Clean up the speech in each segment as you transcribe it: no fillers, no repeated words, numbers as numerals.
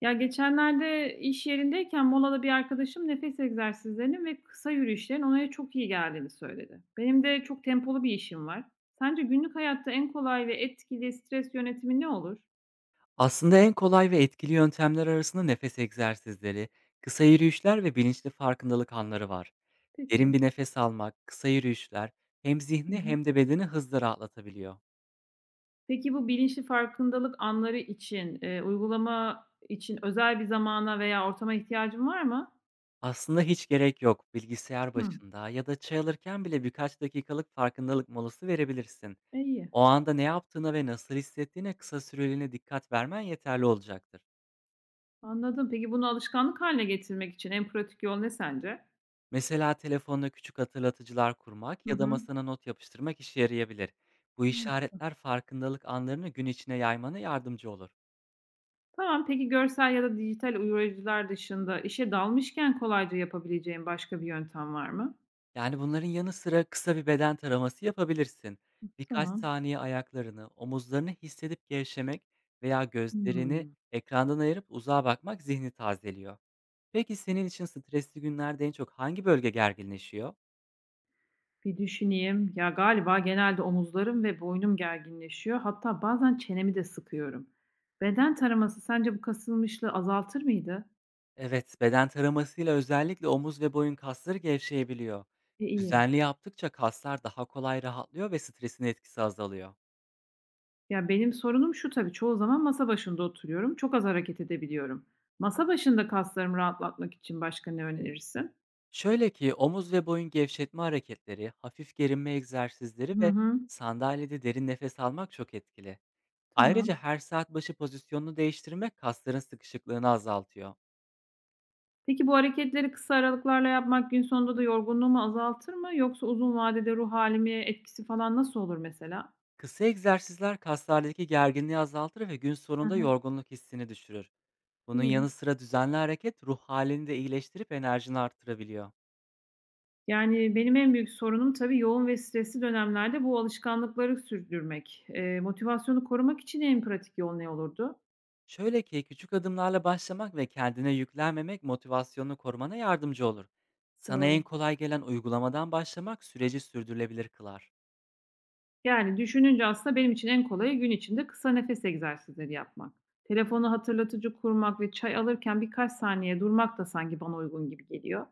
Ya, geçenlerde iş yerindeyken molada bir arkadaşım nefes egzersizlerinin ve kısa yürüyüşlerin ona çok iyi geldiğini söyledi. Benim de çok tempolu bir işim var. Sence günlük hayatta en kolay ve etkili stres yönetimi ne olur? Aslında en kolay ve etkili yöntemler arasında nefes egzersizleri, kısa yürüyüşler ve bilinçli farkındalık anları var. Derin Peki. bir nefes almak, kısa yürüyüşler hem Hı zihni hı. hem de bedeni hızla rahatlatabiliyor. Peki bu bilinçli farkındalık anları için, uygulama için özel bir zamana veya ortama ihtiyacın var mı? Aslında hiç gerek yok. Bilgisayar Hımm, başında ya da çay alırken bile birkaç dakikalık farkındalık molası verebilirsin. e, iyi. O anda ne yaptığına ve nasıl hissettiğine kısa süreliğine dikkat vermen yeterli olacaktır. Anladım. Peki bunu alışkanlık haline getirmek için en pratik yol ne sence? Mesela telefonda küçük hatırlatıcılar kurmak Hı ya da hı. masana not yapıştırmak işe yarayabilir. Bu Mantıklı. işaretler farkındalık anlarını gün içine yaymana yardımcı olur. Tamam, peki görsel ya da dijital uyarıcılar dışında işe dalmışken kolayca yapabileceğin başka bir yöntem var mı? Yani bunların yanı sıra kısa bir beden taraması yapabilirsin. Birkaç Tamam. saniye ayaklarını, omuzlarını hissedip gevşemek veya gözlerini Hımm. ekrandan ayırıp uzağa bakmak zihni tazeliyor. Peki senin için stresli günlerde en çok hangi bölge gerginleşiyor? Bir düşüneyim. Ya, galiba genelde omuzlarım ve boynum gerginleşiyor. Hatta bazen çenemi de sıkıyorum. Beden taraması sence bu kasılmışlığı azaltır mıydı? Evet, beden taramasıyla özellikle omuz ve boyun kasları gevşeyebiliyor. E, iyi. Düzenli yaptıkça kaslar daha kolay rahatlıyor ve stresin etkisi azalıyor. Ya, benim sorunum şu tabii, çoğu zaman masa başında oturuyorum, çok az hareket edebiliyorum. Masa başında kaslarımı rahatlatmak için başka ne önerirsin? Şöyle ki omuz ve boyun gevşetme hareketleri, hafif gerinme egzersizleri Hı ve hı. sandalyede derin nefes almak çok etkili. Ayrıca Tamam. her saat başı pozisyonunu değiştirmek kasların sıkışıklığını azaltıyor. Peki bu hareketleri kısa aralıklarla yapmak gün sonunda da yorgunluğumu azaltır mı yoksa uzun vadede ruh halimi etkisi falan nasıl olur mesela? Kısa egzersizler kaslardaki gerginliği azaltır ve gün Hı sonunda hı. yorgunluk hissini düşürür. Bunun İyi. yanı sıra düzenli hareket ruh halini de iyileştirip enerjini arttırabiliyor. Yani benim en büyük sorunum tabii yoğun ve stresli dönemlerde bu alışkanlıkları sürdürmek. Motivasyonu korumak için en pratik yol ne olurdu? Şöyle ki küçük adımlarla başlamak ve kendine yüklenmemek motivasyonunu korumana yardımcı olur. Sana en Doğru. kolay gelen uygulamadan başlamak süreci sürdürülebilir kılar. Yani düşününce aslında benim için en kolayı gün içinde kısa nefes egzersizleri yapmak. Telefonu hatırlatıcı kurmak ve çay alırken birkaç saniye durmak da sanki bana uygun gibi geliyor.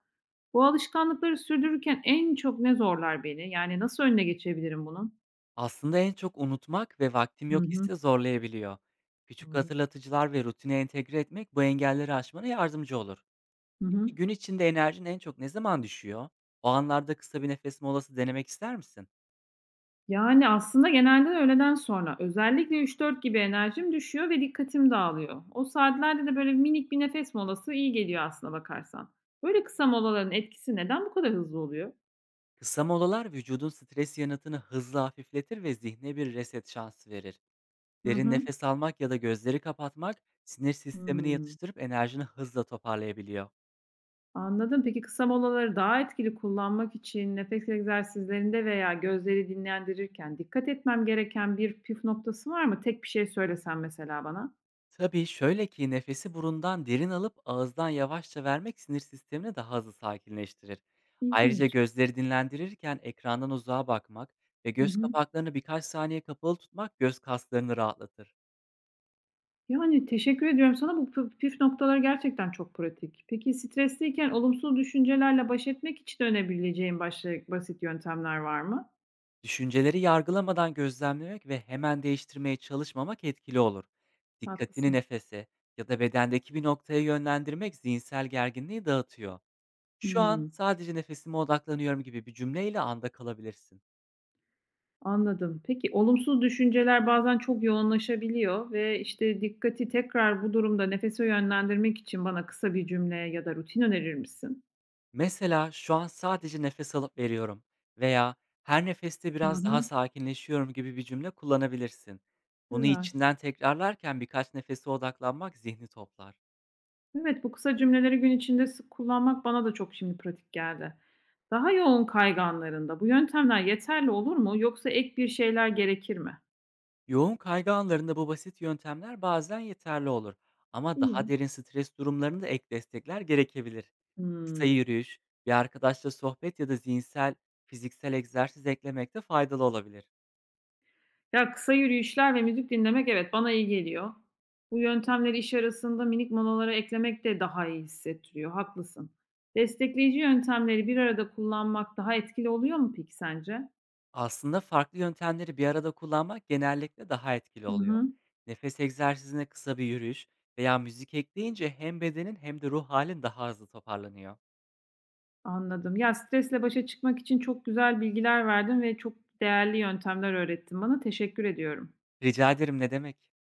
Bu alışkanlıkları sürdürürken en çok ne zorlar beni? Yani nasıl önüne geçebilirim bunun? Aslında en çok unutmak ve vaktim Hı yok hı. hissi zorlayabiliyor. Küçük Doğru. hatırlatıcılar ve rutine entegre etmek bu engelleri aşmana yardımcı olur. Hı hı. Peki gün içinde enerjin en çok ne zaman düşüyor? O anlarda kısa bir nefes molası denemek ister misin? Yani, aslında genelde öğleden sonra. Özellikle üç dört gibi enerjim düşüyor ve dikkatim dağılıyor. O saatlerde de böyle minik bir nefes molası iyi geliyor aslına bakarsan. Böyle kısa molaların etkisi neden bu kadar hızlı oluyor? Kısa molalar vücudun stres yanıtını hızla hafifletir ve zihne bir reset şansı verir. Hı Derin hı. nefes almak ya da gözleri kapatmak sinir sistemini Hıı. yatıştırıp enerjini hızla toparlayabiliyor. Anladım. Peki kısa molaları daha etkili kullanmak için nefes egzersizlerinde veya gözleri dinlendirirken dikkat etmem gereken bir püf noktası var mı? Tek bir şey söylesen mesela bana. Tabii şöyle ki nefesi burundan derin alıp ağızdan yavaşça vermek sinir sistemini daha hızlı sakinleştirir. Ayrıca İlginç. gözleri dinlendirirken ekrandan uzağa bakmak ve Hı göz hı. kapaklarını birkaç saniye kapalı tutmak göz kaslarını rahatlatır. Yani teşekkür ediyorum sana. Bu püf noktaları gerçekten çok pratik. Peki stresliyken olumsuz düşüncelerle baş etmek için önebileceğin başka basit yöntemler var mı? Düşünceleri yargılamadan gözlemlemek ve hemen değiştirmeye çalışmamak etkili olur. Dikkatini Haklısın. nefese ya da bedendeki bir noktaya yönlendirmek zihinsel gerginliği dağıtıyor. "Şu an Hmm. sadece nefesime odaklanıyorum." gibi bir cümleyle anda kalabilirsin. Anladım. Peki, olumsuz düşünceler bazen çok yoğunlaşabiliyor ve, işte, dikkati tekrar bu durumda nefese yönlendirmek için bana kısa bir cümle ya da rutin önerir misin? Mesela, "Şu an sadece nefes alıp veriyorum." veya "Her nefeste Hı biraz daha hı. sakinleşiyorum." gibi bir cümle kullanabilirsin. Bunu Güzel. içinden tekrarlarken birkaç nefese odaklanmak zihni toplar. Evet, bu kısa cümleleri gün içinde sık kullanmak bana da çok şimdi pratik geldi. Daha yoğun kayganlarında bu yöntemler yeterli olur mu yoksa ek bir şeyler gerekir mi? Yoğun kaygı anlarında bu basit yöntemler bazen yeterli olur ama daha İyi. derin stres durumlarında ek destekler gerekebilir. Kısa Hıı. yürüyüş, bir arkadaşla sohbet ya da zihinsel, fiziksel egzersiz eklemek de faydalı olabilir. Ya, kısa yürüyüşler ve müzik dinlemek evet, bana iyi geliyor. Bu yöntemleri iş arasında minik molalara eklemek de daha iyi hissettiriyor, haklısın. Destekleyici yöntemleri bir arada kullanmak daha etkili oluyor mu peki sence? Aslında farklı yöntemleri bir arada kullanmak genellikle daha etkili Hı oluyor. hı, Nefes egzersizine kısa bir yürüyüş veya müzik ekleyince hem bedenin hem de ruh halin daha hızlı toparlanıyor. anladım. Ya, stresle başa çıkmak için çok güzel bilgiler verdin ve çok değerli yöntemler öğrettin bana. Teşekkür ediyorum. Rica ederim, ne demek?